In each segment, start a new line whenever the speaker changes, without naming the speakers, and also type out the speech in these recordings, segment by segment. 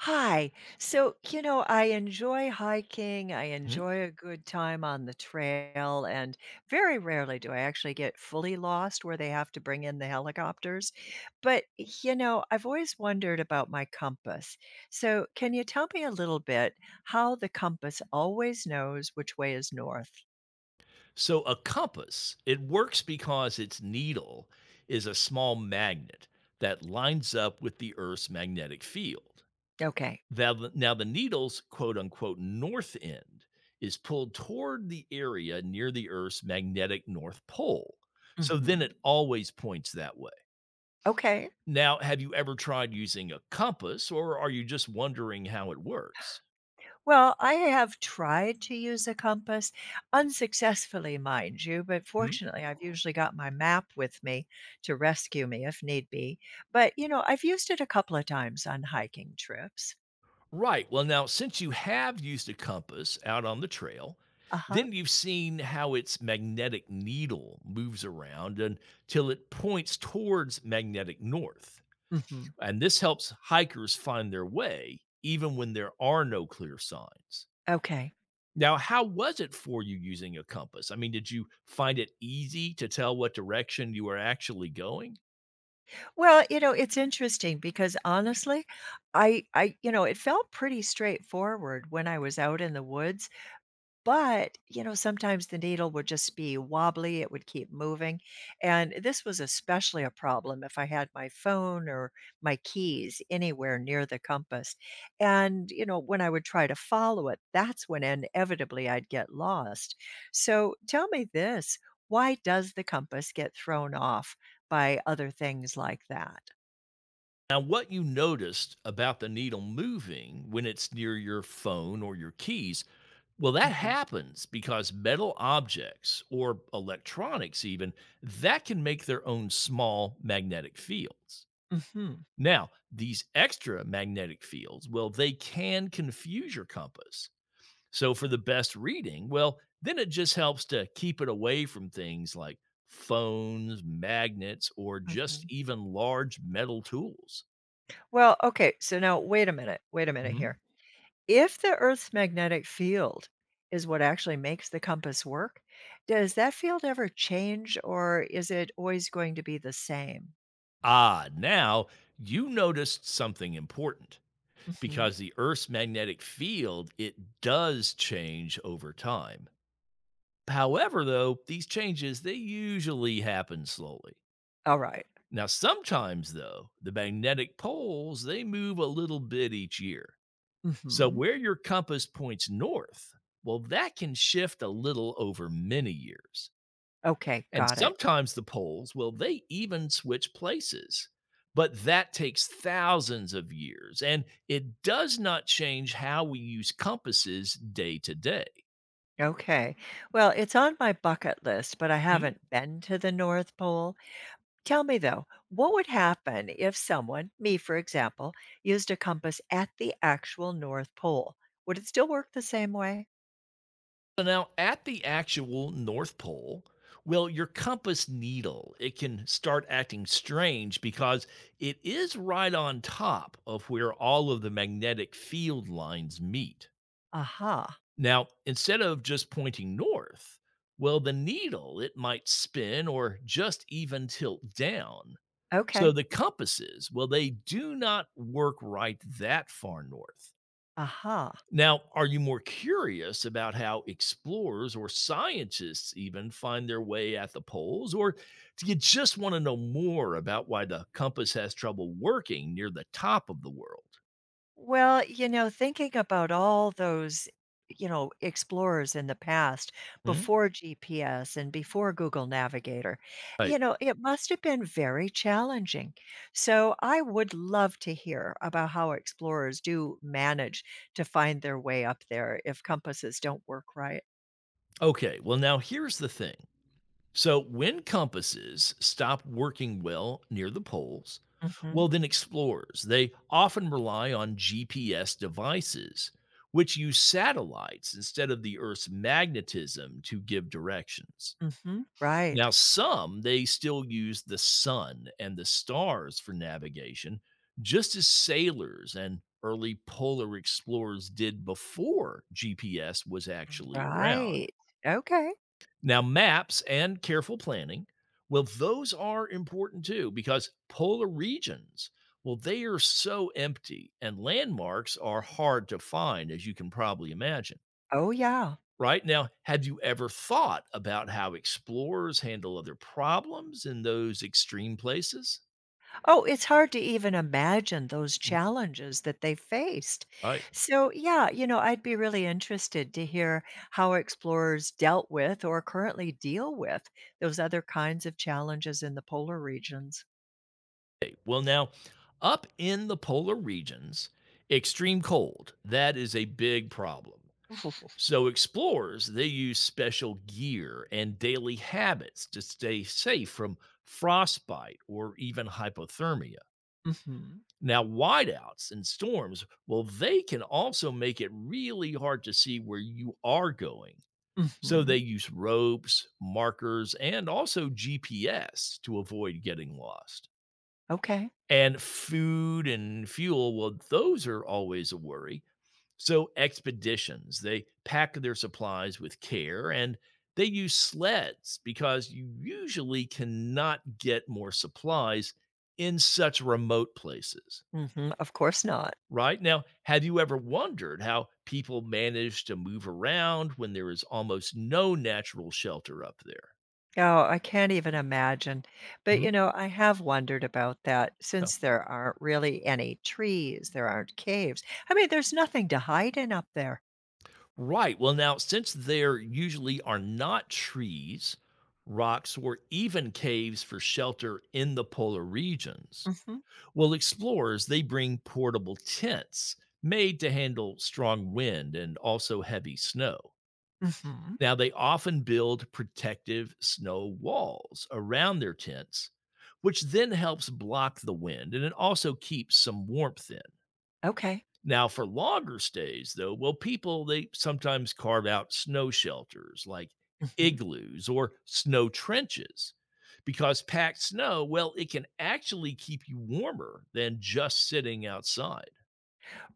Hi. I enjoy hiking. I
Mhm.
enjoy a good time on the trail. And very rarely do I actually get fully lost where they have to bring in the helicopters. I've always wondered about my compass. So, can you tell me a little bit how the compass always knows which way is north?
So a compass, it works because its needle is a small magnet that lines up with the Earth's magnetic field.
Okay.
Now, now the needle's quote unquote north end is pulled toward the area near the Earth's magnetic north pole. So
Hmm.
then it always points that way.
Okay.
Now, have you ever tried using a compass, or are you just wondering how it works?
Well, I have tried to use a compass, unsuccessfully, mind you, but fortunately, I've usually got my map with me to rescue me if need be. I've used it a couple of times on hiking trips.
Right. Well, now, since you have used a compass out on the trail,
Uh huh.
then you've seen how its magnetic needle moves around until it points towards magnetic north.
Hmm.
And this helps hikers find their way even when there are no clear signs.
Okay.
Now, how was it for you using a compass? I mean, did you find it easy to tell what direction you were actually going?
Well, it's interesting because honestly, I it felt pretty straightforward when I was out in the woods. Sometimes the needle would just be wobbly, it would keep moving, and this was especially a problem if I had my phone or my keys anywhere near the compass, and, when I would try to follow it, that's when inevitably I'd get lost. So, tell me this, why does the compass get thrown off by other things like that?
Now, what you noticed about the needle moving when it's near your phone or your keys, well, that
Mhm.
happens because metal objects or electronics, even, that can make their own small magnetic fields.
Mhm.
Now, these extra magnetic fields, well, they can confuse your compass. So, for the best reading, well, then it just helps to keep it away from things like phones, magnets, or just
Mhm.
even large metal tools.
Well, okay, so now wait a minute here.
Mhm.
If the Earth's magnetic field is what actually makes the compass work, does that field ever change or is it always going to be the same?
Ah, now you noticed something important,
Mhm.
because the Earth's magnetic field, it does change over time. However, though, these changes, they usually happen slowly.
All right.
Now, sometimes though, the magnetic poles, they move a little bit each year. So
Mhm.
where your compass points north, well that can shift a little over many years.
Okay,
And
got it.
sometimes the poles, well, they even switch places. But that takes thousands of years, and it does not change how we use compasses day to day.
Okay. Well, it's on my bucket list, but I
Mhm.
haven't been to the North Pole. Tell me though, what would happen if someone, me for example, used a compass at the actual North Pole? Would it still work the same way?
So now, at the actual North Pole, well, your compass needle, it can start acting strange because it is right on top of where all of the magnetic field lines meet.
Aha.
Now, instead of just pointing north, well, the needle, it might spin or just even tilt down. So
Okay.
the compasses, well, they do not work right that far north.
Aha.
Now, are you more curious about how explorers or scientists even find their way at the poles? Or do you just want to know more about why the compass has trouble working near the top of the world?
Well, thinking about all those, explorers in the past
Hmm?
before GPS and before Google Navigator,
Right.
it must have been very challenging. So I would love to hear about how explorers do manage to find their way up there if compasses don't work right.
Okay. Well, now here's the thing. So when compasses stop working well near the poles,
Mhm.
well, then explorers, they often rely on GPS devices, which use satellites instead of the Earth's magnetism to give directions.
Mhm. Right.
Now, some, they still use the sun and the stars for navigation, just as sailors and early polar explorers did before GPS was actually around.
Right. Okay.
Now, maps and careful planning, well, those are important too because polar regions, well, they are so empty and landmarks are hard to find, as you can probably imagine,
Oh, yeah.
right? Now, have you ever thought about how explorers handle other problems in those extreme places?
Oh, it's hard to even imagine those
Mhm.
challenges that they faced.
Right.
So, yeah, I'd be really interested to hear how explorers dealt with or currently deal with those other kinds of challenges in the polar regions.
Okay. Well, now, up in the polar regions, extreme cold, that is a big problem. So, explorers, they use special gear and daily habits to stay safe from frostbite or even hypothermia.
Mhm.
Now, whiteouts and storms, well, they can also make it really hard to see where you are going. So, they
Mhm.
use ropes, markers, and also GPS to avoid getting lost.
Okay.
And food and fuel, well, those are always a worry, so, expeditions, they pack their supplies with care, and they use sleds because you usually cannot get more supplies in such remote places.
Mhm. Of course not.
Right, now, have you ever wondered how people manage to move around when there is almost no natural shelter up there?
Oh, I can't even imagine.
Mhm.
I have wondered about that
No.
since there aren't really any trees, there aren't caves. I mean, there's nothing to hide in up there.
Right. Well, now, since there usually are not trees, rocks, or even caves for shelter in the polar regions,
Mhm.
well, explorers, they bring portable tents made to handle strong wind and also heavy snow.
Mhm.
Now, they often build protective snow walls around their tents, which then helps block the wind and it also keeps some warmth in.
Okay.
Now, for longer stays, though, well, people, they sometimes carve out snow shelters like
Mhm.
igloos or snow trenches because packed snow, well, it can actually keep you warmer than just sitting outside.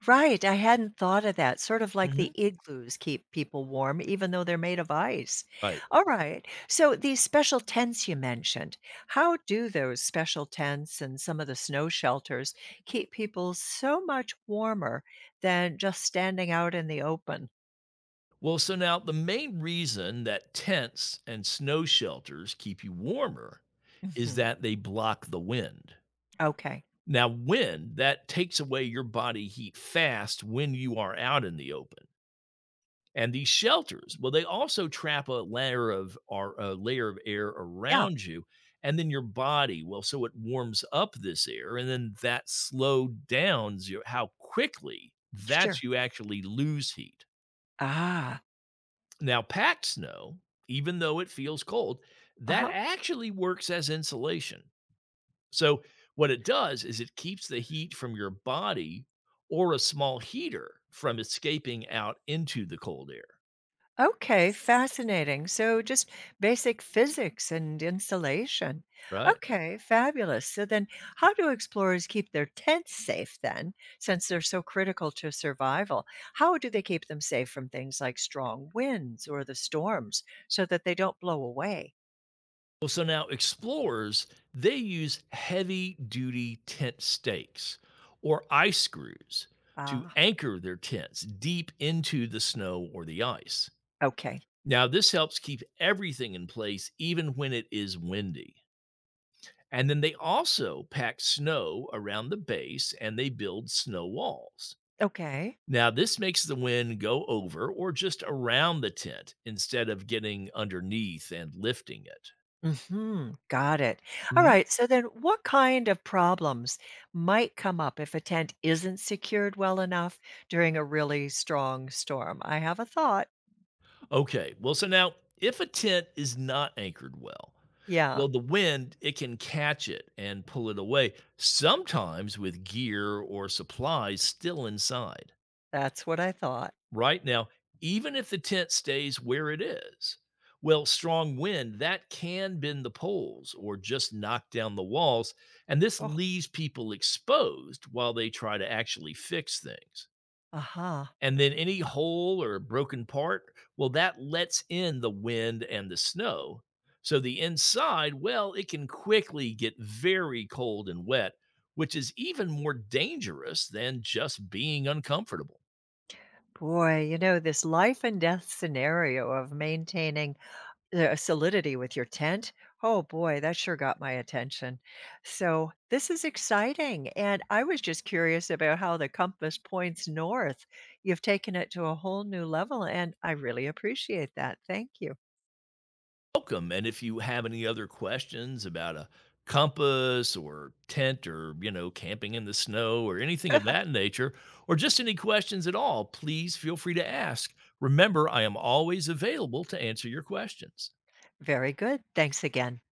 Right, I hadn't thought of that, sort of like the
Hmm.
igloos keep people warm even though they're made of ice.
Right.
All right, so these special tents you mentioned, how do those special tents and some of the snow shelters keep people so much warmer than just standing out in the open?
Well, so now the main reason that tents and snow shelters keep you warmer is
Mhm.
that they block the wind.
Okay.
Now, wind that takes away your body heat fast when you are out in the open. And these shelters, well, they also trap a layer of air
Yeah,
around you, and then your body, well, so it warms up this air, and then that slow downs your how quickly that
sure.
you actually lose heat.
Ah,
Now, packed snow, even though it feels cold, that
uh-huh.
actually works as insulation. So what it does is it keeps the heat from your body or a small heater from escaping out into the cold air,
Okay, fascinating. So just basic physics and insulation.
right?
Okay, fabulous. So then how do explorers keep their tents safe then, since they're so critical to survival? How do they keep them safe from things like strong winds or the storms so that they don't blow away?
Well, so now explorers, they use heavy duty tent stakes or ice screws to
Ah,
anchor their tents deep into the snow or the ice.
okay.
Now, this helps keep everything in place even when it is windy. And then they also pack snow around the base and they build snow walls.
Okay.
Now, this makes the wind go over or just around the tent instead of getting underneath and lifting it.
Mhm, got it. Alright, so then what kind of problems might come up if a tent isn't secured well enough during a really strong storm? I have a thought.
Okay. Well, so now if a tent is not anchored well,
Yeah,
well, the wind, it can catch it and pull it away, sometimes with gear or supplies still inside.
that's what I thought.
Right, now, even if the tent stays where it is, well, strong wind, that can bend the poles or just knock down the walls. And this
Oh,
leaves people exposed while they try to actually fix things.
aha!
And then any hole or broken part, well, that lets in the wind and the snow. So the inside, well, it can quickly get very cold and wet, which is even more dangerous than just being uncomfortable.
Boy, this life and death scenario of maintaining the solidity with your tent, oh boy, that sure got my attention. So this is exciting, and I was just curious about how the compass points north. You've taken it to a whole new level, and I really appreciate that. Thank you.
Welcome. And if you have any other questions about a compass or tent or, you know, camping in the snow or anything of that nature, or just any questions at all, please feel free to ask. Remember, I am always available to answer your questions.
Very good. Thanks again.